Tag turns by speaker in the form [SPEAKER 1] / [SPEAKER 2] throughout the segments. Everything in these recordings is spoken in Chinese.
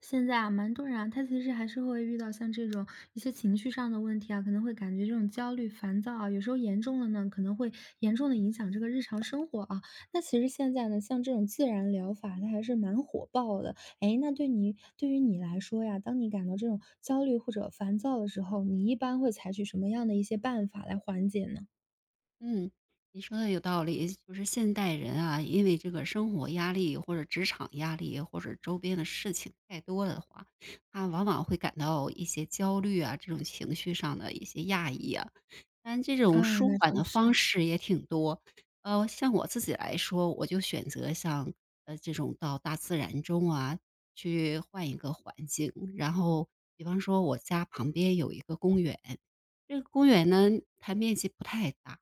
[SPEAKER 1] 现在啊，蛮多人啊，他其实还是会遇到像这种一些情绪上的问题啊，可能会感觉这种焦虑、烦躁啊，有时候严重了呢，可能会严重的影响这个日常生活啊。那其实现在呢，像这种自然疗法，它还是蛮火爆的。哎，那对你对于你来说呀，当你感到这种焦虑或者烦躁的时候，你一般会采取什么样的一些办法来缓解呢？
[SPEAKER 2] 嗯，你说的有道理。就是现代人啊，因为这个生活压力或者职场压力，或者周边的事情太多了的话，他往往会感到一些焦虑啊，这种情绪上的一些压抑啊。但这种
[SPEAKER 1] 啊，
[SPEAKER 2] 舒
[SPEAKER 1] 那
[SPEAKER 2] 缓
[SPEAKER 1] 真
[SPEAKER 2] 的方
[SPEAKER 1] 是，
[SPEAKER 2] 式也挺多。像我自己来说，我就选择像这种到大自然中啊，去换一个环境。然后，比方说我家旁边有一个公园，这个公园呢，它面积不太大。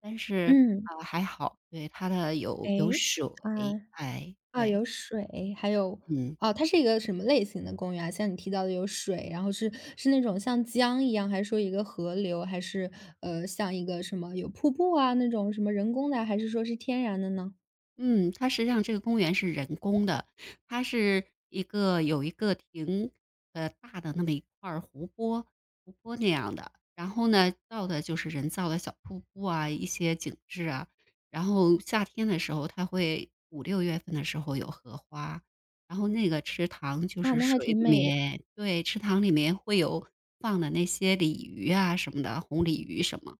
[SPEAKER 2] 但是，
[SPEAKER 1] 嗯，
[SPEAKER 2] 还好，对，它的
[SPEAKER 1] 哎，
[SPEAKER 2] 有水，
[SPEAKER 1] 啊。
[SPEAKER 2] 哎，
[SPEAKER 1] 啊，
[SPEAKER 2] 对。
[SPEAKER 1] 有水，还有
[SPEAKER 2] 嗯。
[SPEAKER 1] 哦，它是一个什么类型的公园啊？像你提到的有水，然后是是那种像江一样，还是说一个河流，还是像一个什么有瀑布啊那种什么人工的啊，还是说是天然的呢？
[SPEAKER 2] 嗯，它实际上这个公园是人工的，它是一个有一个挺大的那么一块儿湖泊，湖泊那样的。然后呢，造的就是人造的小瀑布啊，一些景致啊。然后夏天的时候，它会五六月份的时候有荷花，然后那个池塘就
[SPEAKER 1] 啊，
[SPEAKER 2] 是
[SPEAKER 1] 那还挺
[SPEAKER 2] 水里
[SPEAKER 1] 美的。
[SPEAKER 2] 面，对，池塘里面会有放的那些鲤鱼啊什么的，红鲤鱼什么。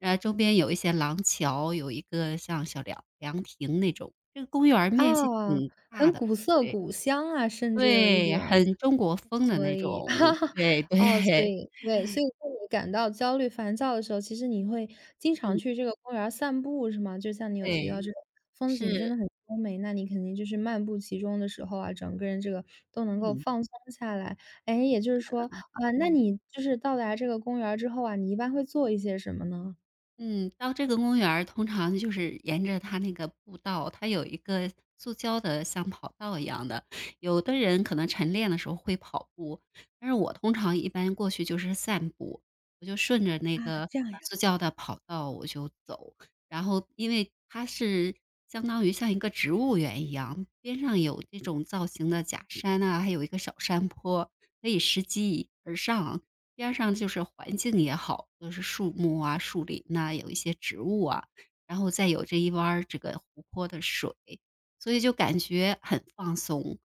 [SPEAKER 2] 周边有一些廊桥，有一个像小凉凉亭那种，这个公园儿面积
[SPEAKER 1] 啊，
[SPEAKER 2] 挺大
[SPEAKER 1] 很
[SPEAKER 2] 的。
[SPEAKER 1] 古色
[SPEAKER 2] 对，
[SPEAKER 1] 古香啊，甚至有一
[SPEAKER 2] 对，
[SPEAKER 1] 点。
[SPEAKER 2] 很中国风的
[SPEAKER 1] 所
[SPEAKER 2] 那
[SPEAKER 1] 以哈
[SPEAKER 2] 种，
[SPEAKER 1] 哈，
[SPEAKER 2] 对
[SPEAKER 1] 哦，所
[SPEAKER 2] 对。
[SPEAKER 1] 以对，所以当你感到焦虑、烦躁的时候，其实你会经常
[SPEAKER 2] 嗯，
[SPEAKER 1] 去这个公园儿散步，是吗？就像你有提到
[SPEAKER 2] 对，
[SPEAKER 1] 这个风景真
[SPEAKER 2] 是。
[SPEAKER 1] 的很优美，那你肯定就是漫步其中的时候啊，整个人这个都能够
[SPEAKER 2] 嗯，
[SPEAKER 1] 放松下来。哎，也就是说，啊，那
[SPEAKER 2] 嗯。
[SPEAKER 1] 你就是到达这个公园儿之后啊，你一般会做一些什么呢？
[SPEAKER 2] 嗯，到这个公园儿通常就是沿着它那个步道，它有一个塑胶的像跑道一样的。有的人可能晨练的时候会跑步，但是我通常一般过去就是散步，我就顺着那
[SPEAKER 1] 啊，
[SPEAKER 2] 个
[SPEAKER 1] 这样呀，
[SPEAKER 2] 塑胶的跑道我就走。然后因为它是相当于像一个植物园一样，边上有这种造型的假山啊，还有一个小山坡，可以拾级而上。边上就是环境也好，就是树木啊、树林呐，有一些植物啊，然后再有这一弯儿这个湖泊的水，所以就感觉很放松。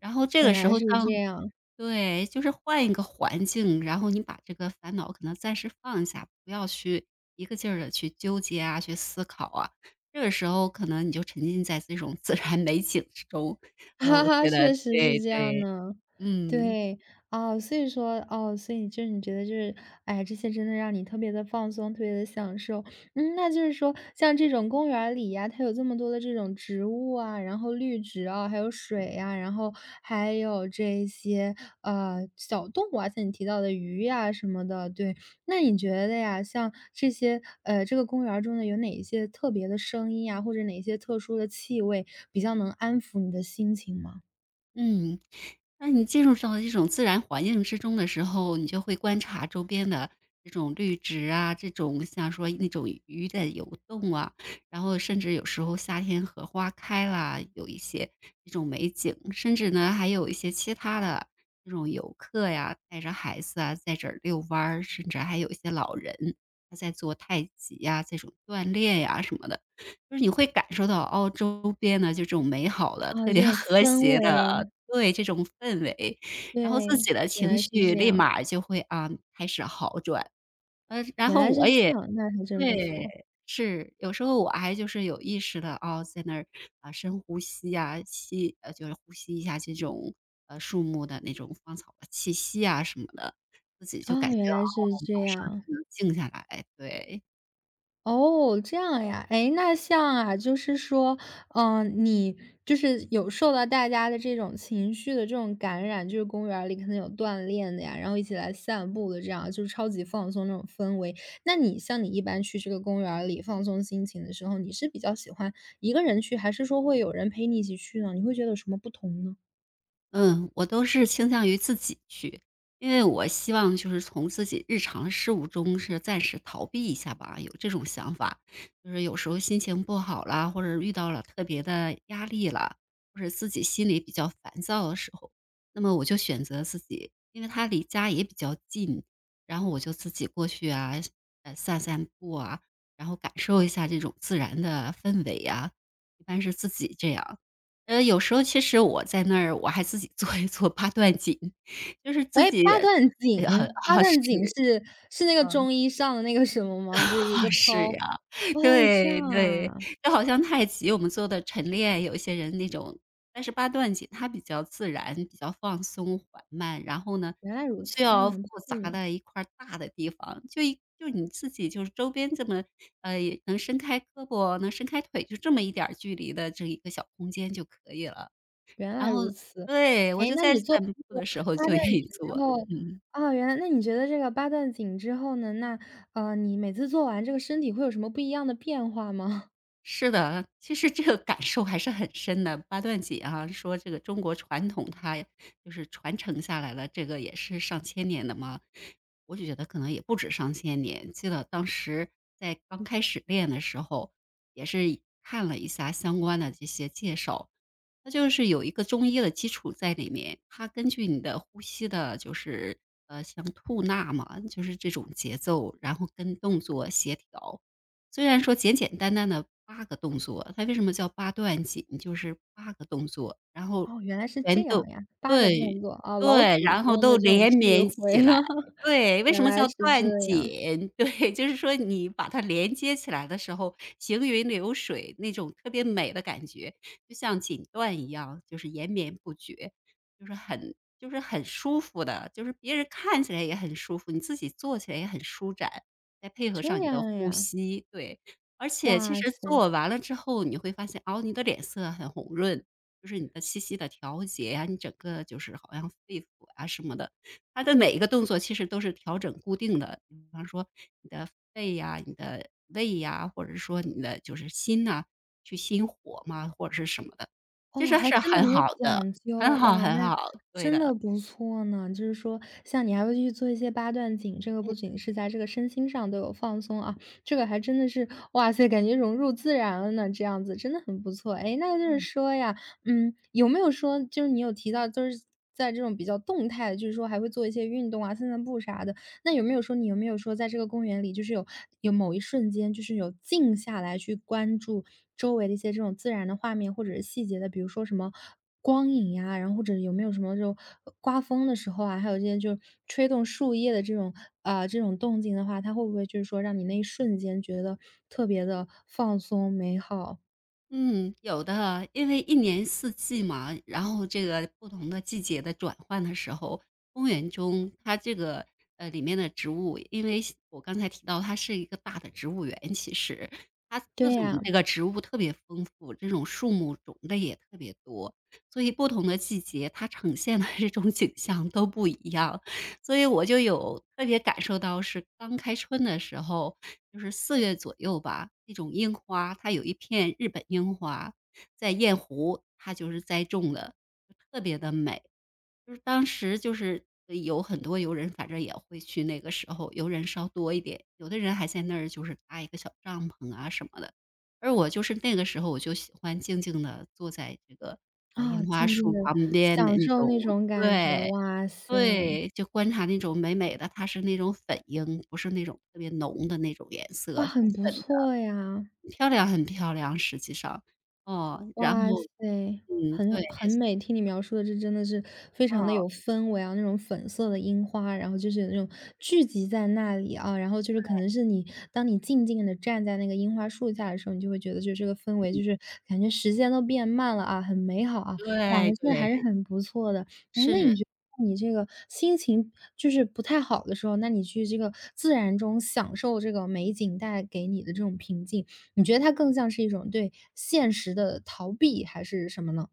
[SPEAKER 2] 然后这
[SPEAKER 1] 原
[SPEAKER 2] 个时
[SPEAKER 1] 来
[SPEAKER 2] 候
[SPEAKER 1] 是
[SPEAKER 2] 像
[SPEAKER 1] 这样。
[SPEAKER 2] 对，就是换一个环境，然后你把这个烦恼可能暂时放下，不要去一个劲儿的去纠结啊、去思考啊。这个时候可能你就沉浸在这种自然美景之中，
[SPEAKER 1] 哈
[SPEAKER 2] 我
[SPEAKER 1] 哈，
[SPEAKER 2] 觉得
[SPEAKER 1] 确实是
[SPEAKER 2] 对
[SPEAKER 1] 这样
[SPEAKER 2] 对。
[SPEAKER 1] 呢。
[SPEAKER 2] 嗯。
[SPEAKER 1] 对，哦，所以说，哦，所以就是你觉得就是，哎，这些真的让你特别的放松，特别的享受。嗯，那就是说像这种公园儿里呀，它有这么多的这种植物啊，然后绿植啊，还有水呀，然后还有这些，小动物啊，像你提到的鱼呀什么的，对，那你觉得呀，像这些这个公园儿中的有哪一些特别的声音呀，或者哪些特殊的气味，比较能安抚你的心情吗？
[SPEAKER 2] 嗯，那你进入到这种自然环境之中的时候，你就会观察周边的这种绿植啊，这种像说那种鱼的游动啊，然后甚至有时候夏天荷花开啦，有一些这种美景，甚至呢还有一些其他的这种游客呀，带着孩子啊在这儿遛弯儿，甚至还有一些老人他在做太极呀、这种锻炼呀、什么的。就是你会感受到哦，周边的就这种美好的、
[SPEAKER 1] 啊，
[SPEAKER 2] 特别
[SPEAKER 1] 这种
[SPEAKER 2] 和
[SPEAKER 1] 氛
[SPEAKER 2] 谐的
[SPEAKER 1] 围，
[SPEAKER 2] 对，这种氛围，然后自
[SPEAKER 1] 对，
[SPEAKER 2] 己的
[SPEAKER 1] 原
[SPEAKER 2] 情
[SPEAKER 1] 来是
[SPEAKER 2] 绪
[SPEAKER 1] 这
[SPEAKER 2] 立
[SPEAKER 1] 样，
[SPEAKER 2] 马就会啊，开始好转。然
[SPEAKER 1] 原
[SPEAKER 2] 后
[SPEAKER 1] 来
[SPEAKER 2] 我
[SPEAKER 1] 是这
[SPEAKER 2] 也
[SPEAKER 1] 样，那还真不
[SPEAKER 2] 对，
[SPEAKER 1] 错，
[SPEAKER 2] 是，有时候我还就是有意识的哦，在那儿，啊，深呼吸呀，就是呼吸一下这种，树木的那种芳草的气息啊什么的，自己就感
[SPEAKER 1] 啊，
[SPEAKER 2] 觉，
[SPEAKER 1] 原来是
[SPEAKER 2] 哦，马
[SPEAKER 1] 这
[SPEAKER 2] 上
[SPEAKER 1] 样。
[SPEAKER 2] 就能静下来，对。
[SPEAKER 1] 哦，这样呀。哎，那像啊，就是说，嗯，你就是有受到大家的这种情绪的这种感染，就是公园儿里可能有锻炼的呀，然后一起来散步的这样，就是超级放松那种氛围。那你像你一般去这个公园儿里放松心情的时候，你是比较喜欢一个人去，还是说会有人陪你一起去呢？你会觉得有什么不同呢？
[SPEAKER 2] 嗯，我都是倾向于自己去，因为我希望就是从自己日常事务中是暂时逃避一下吧，有这种想法。就是有时候心情不好啦，或者遇到了特别的压力啦，或者自己心里比较烦躁的时候，那么我就选择自己，因为它离家也比较近，然后我就自己过去啊，散散步啊，然后感受一下这种自然的氛围啊，一般是自己这样。有时候其实我在那儿，我还自己做一做八段锦，就是自
[SPEAKER 1] 哎，
[SPEAKER 2] 己
[SPEAKER 1] 八
[SPEAKER 2] 呃，
[SPEAKER 1] 段锦，八
[SPEAKER 2] 啊，是，
[SPEAKER 1] 段锦是是那个中医上的那个什么吗？就是一
[SPEAKER 2] 啊，
[SPEAKER 1] 个
[SPEAKER 2] 是
[SPEAKER 1] 操
[SPEAKER 2] 呀，
[SPEAKER 1] 哦，这样
[SPEAKER 2] 对，对，
[SPEAKER 1] 啊。
[SPEAKER 2] 就好像太极我们做的晨练，有一些人那种但是八段锦它比较自然，比较放松缓慢，然后呢，
[SPEAKER 1] 原来如
[SPEAKER 2] 不需
[SPEAKER 1] 此，那还
[SPEAKER 2] 要复
[SPEAKER 1] 蛮不错的
[SPEAKER 2] 杂
[SPEAKER 1] 呢。
[SPEAKER 2] 的一块儿大的地方，就你自己就是周边这么，呃，能伸开胳膊，能伸开腿，就这么一点儿距离的这一个小空间就可以了。
[SPEAKER 1] 原
[SPEAKER 2] 然
[SPEAKER 1] 来
[SPEAKER 2] 后
[SPEAKER 1] 如此，
[SPEAKER 2] 对，我
[SPEAKER 1] 哎，
[SPEAKER 2] 就
[SPEAKER 1] 那
[SPEAKER 2] 在
[SPEAKER 1] 你
[SPEAKER 2] 散
[SPEAKER 1] 做这
[SPEAKER 2] 步
[SPEAKER 1] 个
[SPEAKER 2] 的时候
[SPEAKER 1] 八
[SPEAKER 2] 就愿
[SPEAKER 1] 段
[SPEAKER 2] 意
[SPEAKER 1] 锦
[SPEAKER 2] 做。
[SPEAKER 1] 之后
[SPEAKER 2] 嗯
[SPEAKER 1] 啊，原来那你觉得这个八段锦之后呢，那，你每次做完这个身体会有什么不一样的变化吗？
[SPEAKER 2] 是的，其实这个感受还是很深的。八段锦啊，说这个中国传统它就是传承下来了，这个也是上千年的嘛。我就觉得可能也不止上千年。记得当时在刚开始练的时候，也是看了一下相关的这些介绍，它就是有一个中医的基础在里面，它根据你的呼吸的，就是像吐纳嘛，就是这种节奏，然后跟动作协调。虽然说简简单单的八个动作，它为什么叫八段锦？就是八个动作，然后
[SPEAKER 1] 哦，原来是这
[SPEAKER 2] 全
[SPEAKER 1] 样
[SPEAKER 2] 都
[SPEAKER 1] 呀八个动
[SPEAKER 2] 对。
[SPEAKER 1] 作，啊，老
[SPEAKER 2] 对，
[SPEAKER 1] 祖
[SPEAKER 2] 然后
[SPEAKER 1] 宗的
[SPEAKER 2] 都
[SPEAKER 1] 这种
[SPEAKER 2] 连
[SPEAKER 1] 智
[SPEAKER 2] 绵
[SPEAKER 1] 慧，
[SPEAKER 2] 起来。
[SPEAKER 1] 啊，
[SPEAKER 2] 对，为
[SPEAKER 1] 原
[SPEAKER 2] 什么
[SPEAKER 1] 来
[SPEAKER 2] 叫
[SPEAKER 1] 是
[SPEAKER 2] 断
[SPEAKER 1] 这样，
[SPEAKER 2] 锦？对，就是说你把它连接起来的时候，行云流水那种特别美的感觉，就像锦缎一样，就是延绵不绝，就是很舒服的，就是别人看起来也很舒服，你自己做起来也很舒展。再配合上
[SPEAKER 1] 这
[SPEAKER 2] 你的
[SPEAKER 1] 样
[SPEAKER 2] 呼
[SPEAKER 1] 呀，
[SPEAKER 2] 吸，对。而且其
[SPEAKER 1] 哇
[SPEAKER 2] 实
[SPEAKER 1] 塞。
[SPEAKER 2] 做完了之后，你会发现，哦，你的脸色很红润，就是你的气息的调节呀，你整个就是好像肺腑啊什么的，它的每一个动作其实都是调整固定的。比方说你的肺呀、你的胃呀，或者是说你的就是心呐，去心火嘛，或者是什么的，其
[SPEAKER 1] 哦，
[SPEAKER 2] 实
[SPEAKER 1] 还
[SPEAKER 2] 是
[SPEAKER 1] 真的
[SPEAKER 2] 很
[SPEAKER 1] 很有
[SPEAKER 2] 好的，
[SPEAKER 1] 讲究，
[SPEAKER 2] 很好
[SPEAKER 1] 哇，
[SPEAKER 2] 很
[SPEAKER 1] 那
[SPEAKER 2] 好，对
[SPEAKER 1] 真的
[SPEAKER 2] 的。
[SPEAKER 1] 不错呢。就是说，像你还会去做一些八段锦，这个不仅是在这个身心上都有放松啊，这个还真的是，哇塞，感觉融入自然了呢，这样子真的很不错。哎，那就是说呀，嗯，有没有说，就是你有提到，就是在这种比较动态的，就是说还会做一些运动啊、散散步啥的。那有没有说你有没有说在这个公园里，就是有有某一瞬间，就是有静下来去关注周围的一些这种自然的画面或者是细节的，比如说什么光影呀，然后或者有没有什么这种刮风的时候啊，还有这些就吹动树叶的这种啊、这种动静的话，它会不会就是说让你那一瞬间觉得特别的放松美好？
[SPEAKER 2] 嗯，有的，因为一年四季嘛，然后这个不同的季节的转换的时候，公园中它这个里面的植物，因为我刚才提到它是一个大的植物园，其实它
[SPEAKER 1] 对
[SPEAKER 2] 各种
[SPEAKER 1] 呀、
[SPEAKER 2] 这个植物特别丰富，这种树木种类也特别多，所以不同的季节它呈现的这种景象都不一样，所以我就有特别感受到是刚开春的时候。就是四月左右吧，那种樱花，它有一片日本樱花，在雁湖，它就是栽种的，就特别的美。就是当时就是有很多游人，反正也会去，那个时候游人稍多一点，有的人还在那儿就是搭一个小帐篷啊什么的。而我就是那个时候我就喜欢静静的坐在这个，啊
[SPEAKER 1] 啊，
[SPEAKER 2] 樱花
[SPEAKER 1] 静静
[SPEAKER 2] 树
[SPEAKER 1] 的
[SPEAKER 2] 旁边的
[SPEAKER 1] 享
[SPEAKER 2] 那
[SPEAKER 1] 受
[SPEAKER 2] 种
[SPEAKER 1] 那种感觉，
[SPEAKER 2] 对。
[SPEAKER 1] 哇塞，
[SPEAKER 2] 对，就观察那种美美的，它是那种粉樱，不是那种特别浓的那种颜色，
[SPEAKER 1] 哇，
[SPEAKER 2] 粉
[SPEAKER 1] 很不
[SPEAKER 2] 粉
[SPEAKER 1] 错
[SPEAKER 2] 的，
[SPEAKER 1] 呀。
[SPEAKER 2] 漂亮，很漂亮，实际上。哦，然
[SPEAKER 1] 哇塞，
[SPEAKER 2] 后嗯，对，
[SPEAKER 1] 很很美，听你描述的这真的是非常的
[SPEAKER 2] 哦，
[SPEAKER 1] 有氛围啊，那种粉色的樱花，然后就是有那种聚集在那里啊，然后就是可能是你当你静静的站在那个樱花树下的时候，你就会觉得就是这个氛围
[SPEAKER 2] 嗯，
[SPEAKER 1] 就是感觉时间都变慢了啊，很美好啊，哇，
[SPEAKER 2] 对
[SPEAKER 1] 那真的
[SPEAKER 2] 对，
[SPEAKER 1] 还是很不错的。哎，那
[SPEAKER 2] 是。
[SPEAKER 1] 你觉得你这个心情就是不太好的时候，那你去这个自然中享受这个美景带给你的这种平静，你觉得它更像是一种对现实的逃避还是什么呢？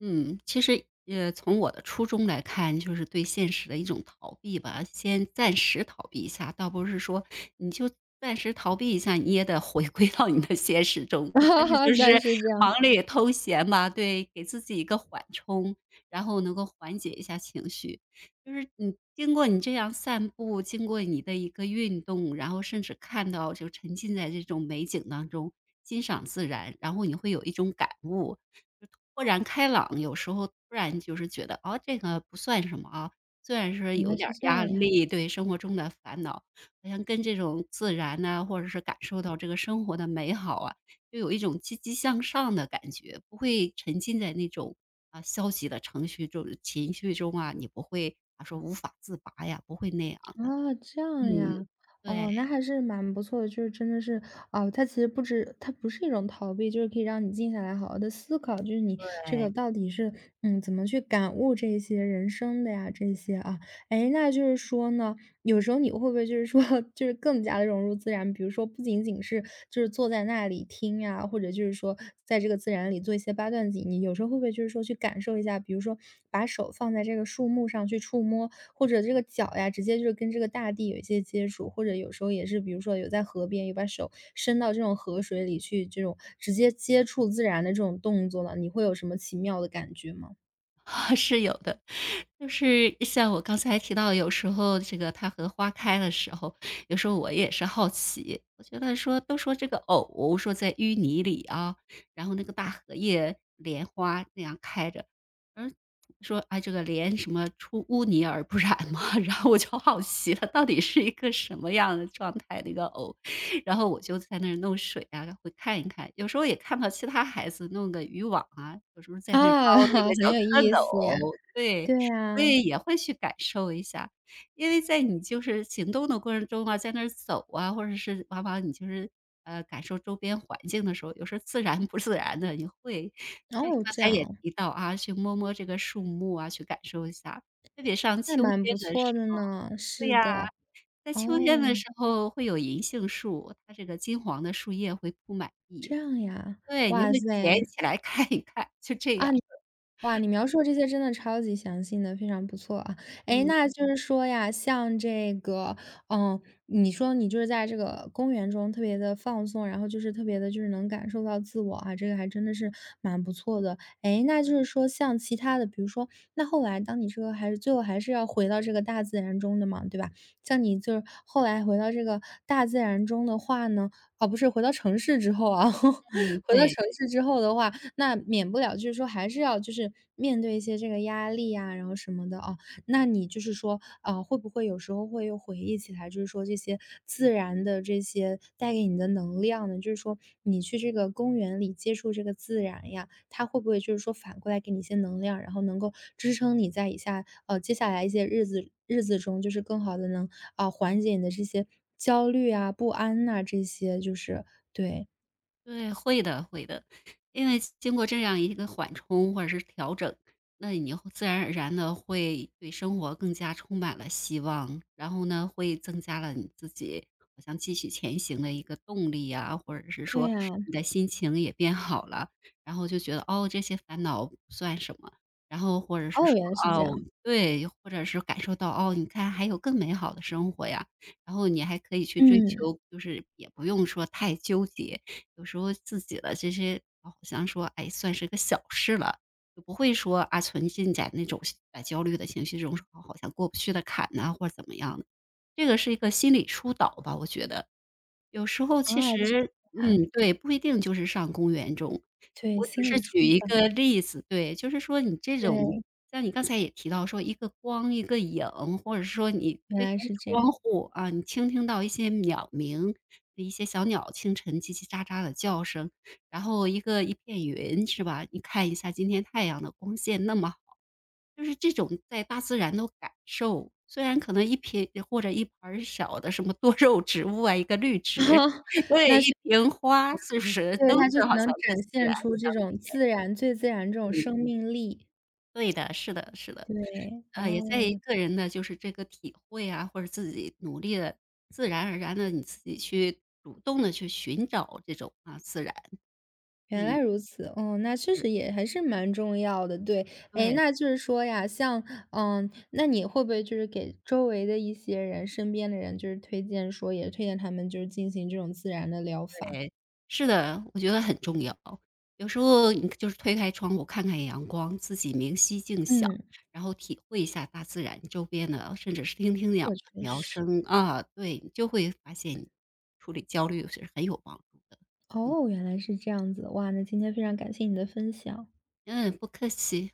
[SPEAKER 2] 嗯，其实，从我的初衷来看，就是对现实的一种逃避吧，先暂时逃避一下，倒不是说你就暂时逃避一下，你也得回归到你的现实中。但是就 是
[SPEAKER 1] 但是这样
[SPEAKER 2] 忙里偷闲吧，对，给自己一个缓冲，然后能够缓解一下情绪。就是你经过你这样散步，经过你的一个运动，然后甚至看到就沉浸在这种美景当中，欣赏自然，然后你会有一种感悟，就豁然开朗。有时候突然就是觉得，哦，这个不算什么啊，虽然是
[SPEAKER 1] 原来
[SPEAKER 2] 有点
[SPEAKER 1] 是
[SPEAKER 2] 儿
[SPEAKER 1] 这
[SPEAKER 2] 压
[SPEAKER 1] 样呀。
[SPEAKER 2] 力，对生活中的烦恼，好像跟这种自然呐、或者是感受到这个生活的美好啊，就有一种积极向上的感觉，不会沉浸在那种啊，消极的程序中情绪中啊，你不会啊说无法自拔呀，不会那样的。
[SPEAKER 1] 啊，这
[SPEAKER 2] 嗯，
[SPEAKER 1] 样呀，
[SPEAKER 2] 对。
[SPEAKER 1] 哦，那还是蛮不错的，就是真的是，哦，它其实不止，它不是一种逃避，就是可以让你静下来好好的思考，就是你这个
[SPEAKER 2] 对。
[SPEAKER 1] 到底是，嗯，怎么去感悟这些人生的呀，这些啊，哎，那就是说呢，有时候你会不会就是说，就是更加的融入自然，比如说不仅仅是就是坐在那里听呀，或者就是说在这个自然里做一些八段锦，你有时候会不会就是说去感受一下，比如说把手放在这个树木上去触摸，或者这个脚呀，直接就是跟这个大地有一些接触，或者有时候也是比如说有在河边有把手伸到这种河水里去，这种直接接触自然的这种动作呢，你会有什么奇妙的感觉吗？
[SPEAKER 2] 啊是有的，就是像我刚才提到，有时候这个它和花开的时候，有时候我也是好奇，我觉得说都说这个藕说在淤泥里啊，然后那个大荷叶莲花那样开着，而说啊这个莲什么出污泥而不染嘛，然后我就好奇它到底是一个什么样的状态那个藕，然后我就在那儿弄水啊，会看一看，有时候也看到其他孩子弄个渔网啊，有时候
[SPEAKER 1] 啊，
[SPEAKER 2] 在那儿掏那个
[SPEAKER 1] 很
[SPEAKER 2] 小
[SPEAKER 1] 有
[SPEAKER 2] 蝌
[SPEAKER 1] 意思呀。
[SPEAKER 2] 蚪，对，
[SPEAKER 1] 对
[SPEAKER 2] 所
[SPEAKER 1] 呀，
[SPEAKER 2] 以也会去感受一下。因为在你就是行动的过程中啊，在那儿走啊，或者是往往你就是，感受周边环境的时候，有时候自然不自然的，你会像你
[SPEAKER 1] 哦，
[SPEAKER 2] 刚
[SPEAKER 1] 这
[SPEAKER 2] 才
[SPEAKER 1] 样
[SPEAKER 2] 也
[SPEAKER 1] 哦
[SPEAKER 2] 提到啊，去摸摸这个树木啊，去感受一下。特别上
[SPEAKER 1] 那
[SPEAKER 2] 秋
[SPEAKER 1] 蛮
[SPEAKER 2] 天
[SPEAKER 1] 不
[SPEAKER 2] 的
[SPEAKER 1] 错
[SPEAKER 2] 时
[SPEAKER 1] 的
[SPEAKER 2] 候
[SPEAKER 1] 呢，
[SPEAKER 2] 对
[SPEAKER 1] 是
[SPEAKER 2] 呀，
[SPEAKER 1] 的。
[SPEAKER 2] 在秋天的
[SPEAKER 1] 哦，
[SPEAKER 2] 时候会有银杏树，它这个金黄的树叶会铺满地，
[SPEAKER 1] 这样呀，
[SPEAKER 2] 对，你会
[SPEAKER 1] 哇
[SPEAKER 2] 捡
[SPEAKER 1] 塞。
[SPEAKER 2] 起来看一看，就这样，
[SPEAKER 1] 哇，你描述的这些真的超级详细的，非常不错啊。哎，
[SPEAKER 2] 嗯
[SPEAKER 1] 那就是说呀，像这个，嗯，你说你就是在这个公园中特别的放松，然后就是特别的，就是能感受到自我啊，这个还真的是蛮不错的。哎，那就是说像其他的，比如说那后来当你这个还是最后还是要回到这个大自然中的嘛，对吧？像你就是后来回到这个大自然中的话呢，哦，不是回到城市之后啊，回
[SPEAKER 2] 嗯，
[SPEAKER 1] 到
[SPEAKER 2] 对。
[SPEAKER 1] 城市之后的话，那免不了就是说还是要就是面对一些这个压力呀，然后什么的哦。那你就是说，会不会有时候会又回忆起来，就是说这些自然的这些带给你的能量呢？就是说你去这个公园里接触这个自然呀，它会不会就是说反过来给你一些能量，然后能够支撑你在以下接下来一些日子日子中，就是更好的能啊、缓解你的这些焦虑啊、不安呐、这些，就是对
[SPEAKER 2] 对，会的。因为经过这样一个缓冲或者是调整，那你会自然而然的会对生活更加充满了希望，然后呢，会增加了你自己好像继续前行的一个动力呀，或者是
[SPEAKER 1] 对
[SPEAKER 2] 说
[SPEAKER 1] 呀、
[SPEAKER 2] 你的心情也变好了，然后就觉得，哦，这些烦恼不算什么。然后或者是
[SPEAKER 1] 哦，
[SPEAKER 2] 说，
[SPEAKER 1] 原来是这
[SPEAKER 2] 哦
[SPEAKER 1] 样，
[SPEAKER 2] 对，或者是感受到，哦，你看还有更美好的生活呀，然后你还可以去追
[SPEAKER 1] 嗯。
[SPEAKER 2] 求，就是也不用说太纠结。有时候自己的这些好像说，哎，算是个小事了，就不会说啊存进在那种哎焦虑的情绪中，好像过不去的坎呐、或者怎么样的。这个是一个心理疏导吧，我觉得。有时候
[SPEAKER 1] 啊，
[SPEAKER 2] 其
[SPEAKER 1] 这
[SPEAKER 2] 实
[SPEAKER 1] 样啊，
[SPEAKER 2] 嗯，对，不一定就是上公园中。
[SPEAKER 1] 对，
[SPEAKER 2] 我只
[SPEAKER 1] 心
[SPEAKER 2] 是
[SPEAKER 1] 理
[SPEAKER 2] 举
[SPEAKER 1] 疏
[SPEAKER 2] 一
[SPEAKER 1] 导，
[SPEAKER 2] 个例子，对，就是说你这种
[SPEAKER 1] 对，
[SPEAKER 2] 像你刚才也提到说一个光、一个影，或者是说你
[SPEAKER 1] 原
[SPEAKER 2] 推开
[SPEAKER 1] 来是这样。
[SPEAKER 2] 窗户，啊，你倾听到一些鸟鸣，一些小鸟清晨叽叽喳喳的叫声，然后一个一片云，是吧？你看一下今天太阳的光线那么就是这种在大自然的感受，虽然可能一瓶或者一盘儿小的什么多肉植物啊，一个绿植，对，一瓶花，是不是
[SPEAKER 1] 对，
[SPEAKER 2] 都
[SPEAKER 1] 它
[SPEAKER 2] 是
[SPEAKER 1] 就是
[SPEAKER 2] 好
[SPEAKER 1] 能
[SPEAKER 2] 像跟
[SPEAKER 1] 展
[SPEAKER 2] 自然
[SPEAKER 1] 现出这
[SPEAKER 2] 相
[SPEAKER 1] 种自然最自然这种
[SPEAKER 2] 对的？
[SPEAKER 1] 生命力。
[SPEAKER 2] 对的，是的，是的。
[SPEAKER 1] 对，
[SPEAKER 2] 也在于
[SPEAKER 1] 哦，
[SPEAKER 2] 个人的就是这个体会啊，或者自己努力的，自然而然的，你自己去主动的去寻找这种啊，自然，
[SPEAKER 1] 原来
[SPEAKER 2] 嗯，
[SPEAKER 1] 如此，哦，那确
[SPEAKER 2] 是，
[SPEAKER 1] 实也还是蛮重要的，对。哎，
[SPEAKER 2] 对。
[SPEAKER 1] 那就是说呀，像嗯，那你会不会就是给周围的一些人身边的人就是推荐说也推荐他们就是进行这种自然的疗法？
[SPEAKER 2] 对，是的，我觉得很重要。有时候你就是推开窗户看看阳光，自己明晰静想，
[SPEAKER 1] 嗯，
[SPEAKER 2] 然后体会一下大自然周边的，甚至是听听鸟
[SPEAKER 1] 觉
[SPEAKER 2] 的
[SPEAKER 1] 确
[SPEAKER 2] 苗
[SPEAKER 1] 实。
[SPEAKER 2] 声啊，对，你就会发现处理焦虑是很有帮助的。嗯
[SPEAKER 1] 哦，原来是这样子，哇，那今天非常感谢你的分享。
[SPEAKER 2] 嗯，不客气。